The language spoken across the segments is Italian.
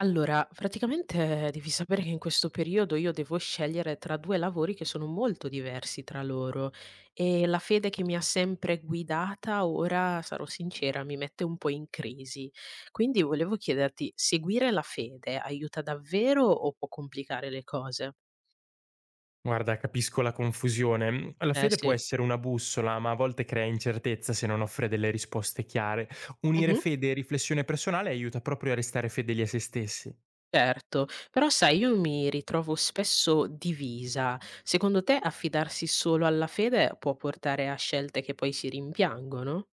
Allora, praticamente devi sapere che in questo periodo io devo scegliere tra 2 lavori che sono molto diversi tra loro e la fede che mi ha sempre guidata ora, sarò sincera, mi mette un po' in crisi. Quindi volevo chiederti, seguire la fede aiuta davvero o può complicare le cose? Guarda, capisco la confusione. La Eh fede può sì. essere una bussola, ma a volte crea incertezza se non offre delle risposte chiare. Unire Mh-mh. fede e riflessione personale aiuta proprio a restare fedeli a se stessi. Certo, però sai io mi ritrovo spesso divisa. Secondo te affidarsi solo alla fede può portare a scelte che poi si rimpiangono?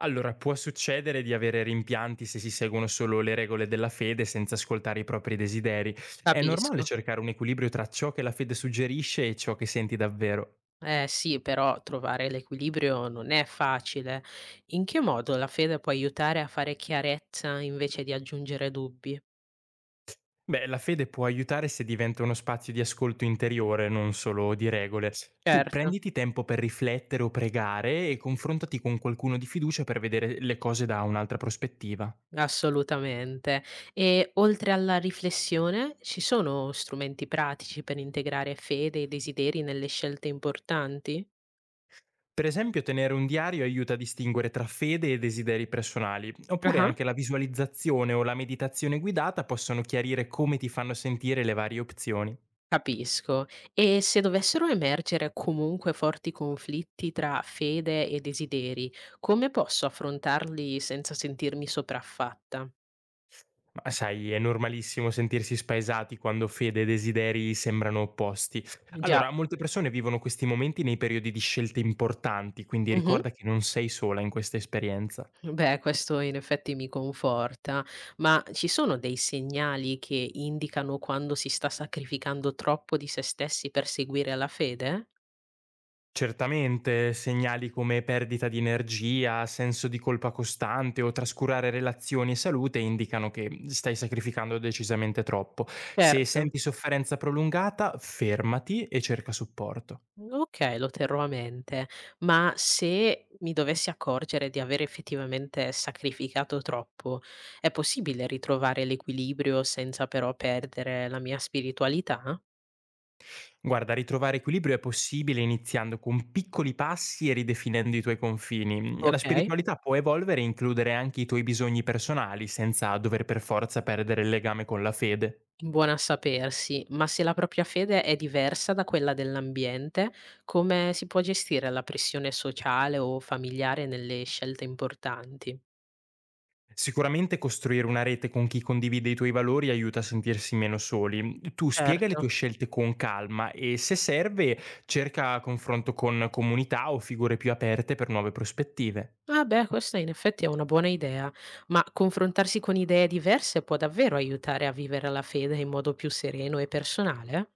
Allora, può succedere di avere rimpianti se si seguono solo le regole della fede senza ascoltare i propri desideri. È normale Capisco. cercare un equilibrio tra ciò che la fede suggerisce e ciò che senti davvero. Eh sì, però trovare l'equilibrio non è facile. In che modo la fede può aiutare a fare chiarezza invece di aggiungere dubbi? Beh, la fede può aiutare se diventa uno spazio di ascolto interiore, non solo di regole. Tu Certo, prenditi tempo per riflettere o pregare e confrontati con qualcuno di fiducia per vedere le cose da un'altra prospettiva. assolutamente. E oltre alla riflessione, ci sono strumenti pratici per integrare fede e desideri nelle scelte importanti? Per esempio, tenere un diario aiuta a distinguere tra fede e desideri personali, oppure Ah, anche la visualizzazione o la meditazione guidata possono chiarire come ti fanno sentire le varie opzioni. capisco. E se dovessero emergere comunque forti conflitti tra fede e desideri, come posso affrontarli senza sentirmi sopraffatta? Ma sai, è normalissimo sentirsi spaesati quando fede e desideri sembrano opposti. Già, Allora, molte persone vivono questi momenti nei periodi di scelte importanti, quindi mh-mh. ricorda che non sei sola in questa esperienza. Beh, questo in effetti mi conforta, ma ci sono dei segnali che indicano quando si sta sacrificando troppo di se stessi per seguire la fede? Certamente, segnali come perdita di energia, senso di colpa costante o trascurare relazioni e salute indicano che stai sacrificando decisamente troppo. Se Certo. senti sofferenza prolungata, fermati e cerca supporto. Okay, lo terrò a mente, ma se mi dovessi accorgere di aver effettivamente sacrificato troppo, è possibile ritrovare l'equilibrio senza però perdere la mia spiritualità? Guarda, ritrovare equilibrio è possibile iniziando con piccoli passi e ridefinendo i tuoi confini. La Okay. spiritualità può evolvere e includere anche i tuoi bisogni personali senza dover per forza perdere il legame con la fede. Buona a sapersi, ma se la propria fede è diversa da quella dell'ambiente, come si può gestire la pressione sociale o familiare nelle scelte importanti? Sicuramente costruire una rete con chi condivide i tuoi valori aiuta a sentirsi meno soli. Tu spiega le tue Certo. scelte con calma e se serve cerca confronto con comunità o figure più aperte per nuove prospettive. Ah beh, questa in effetti è una buona idea, ma confrontarsi con idee diverse può davvero aiutare a vivere la fede in modo più sereno e personale?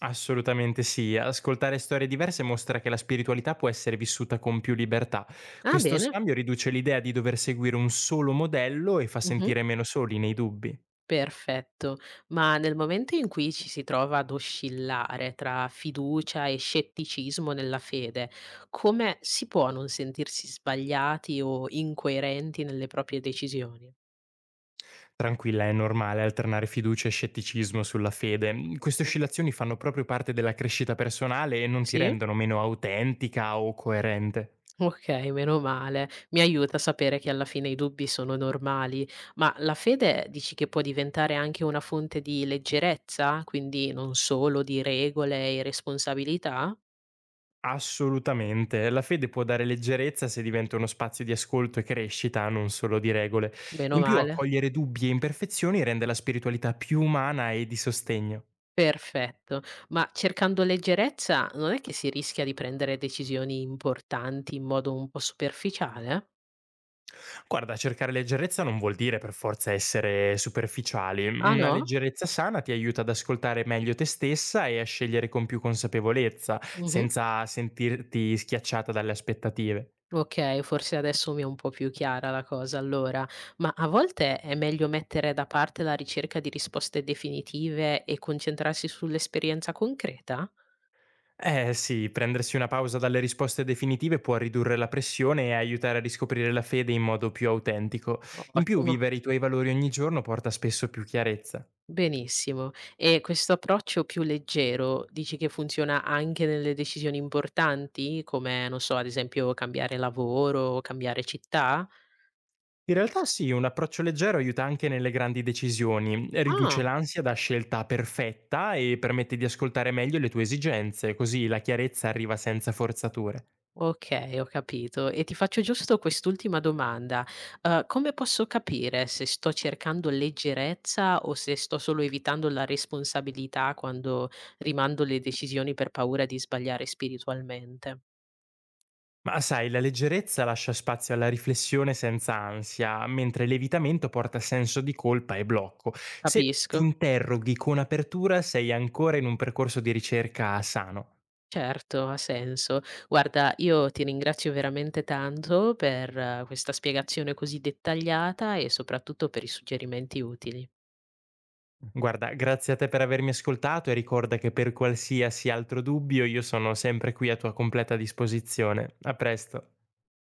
Assolutamente sì, ascoltare storie diverse mostra che la spiritualità può essere vissuta con più libertà. Ah Questo bene. scambio riduce l'idea di dover seguire un solo modello e fa Mhm. sentire meno soli nei dubbi. Perfetto, ma nel momento in cui ci si trova ad oscillare tra fiducia e scetticismo nella fede, come si può non sentirsi sbagliati o incoerenti nelle proprie decisioni? Tranquilla, è normale alternare fiducia e scetticismo sulla fede. Queste Mm. oscillazioni fanno proprio parte della crescita personale e non ti Sì? rendono meno autentica o coerente. Ok, meno male. Mi aiuta a sapere che alla fine i dubbi sono normali, ma la fede dici che può diventare anche una fonte di leggerezza, quindi non solo di regole e responsabilità? Assolutamente. La fede può dare leggerezza se diventa uno spazio di ascolto e crescita, non solo di regole. Meno In più, male. accogliere dubbi e imperfezioni rende la spiritualità più umana e di sostegno. Perfetto. Ma cercando leggerezza, non è che si rischia di prendere decisioni importanti in modo un po' superficiale? Guarda, cercare leggerezza non vuol dire per forza essere superficiali. Ah Una no? leggerezza sana ti aiuta ad ascoltare meglio te stessa e a scegliere con più consapevolezza, Mh-mh. senza sentirti schiacciata dalle aspettative. Okay, forse adesso mi è un po' più chiara la cosa allora, ma a volte è meglio mettere da parte la ricerca di risposte definitive e concentrarsi sull'esperienza concreta? Eh sì, prendersi una pausa dalle risposte definitive può ridurre la pressione e aiutare a riscoprire la fede in modo più autentico. In più, Ottimo. vivere i tuoi valori ogni giorno porta spesso più chiarezza. Benissimo. E questo approccio più leggero dici che funziona anche nelle decisioni importanti, come non so, ad esempio cambiare lavoro, o cambiare città? In realtà sì, un approccio leggero aiuta anche nelle grandi decisioni, riduce Ah, l'ansia da scelta perfetta e permette di ascoltare meglio le tue esigenze, così la chiarezza arriva senza forzature. okay, ho capito. E ti faccio giusto quest'ultima domanda: come posso capire se sto cercando leggerezza o se sto solo evitando la responsabilità quando rimando le decisioni per paura di sbagliare spiritualmente? Ma sai, la leggerezza lascia spazio alla riflessione senza ansia, mentre l'evitamento porta senso di colpa e blocco. Se ti Capisco. interroghi con apertura, sei ancora in un percorso di ricerca sano. Certo, ha senso. Guarda, io ti ringrazio veramente tanto per questa spiegazione così dettagliata e soprattutto per i suggerimenti utili. Guarda, grazie a te per avermi ascoltato e ricorda che per qualsiasi altro dubbio io sono sempre qui a tua completa disposizione. A presto.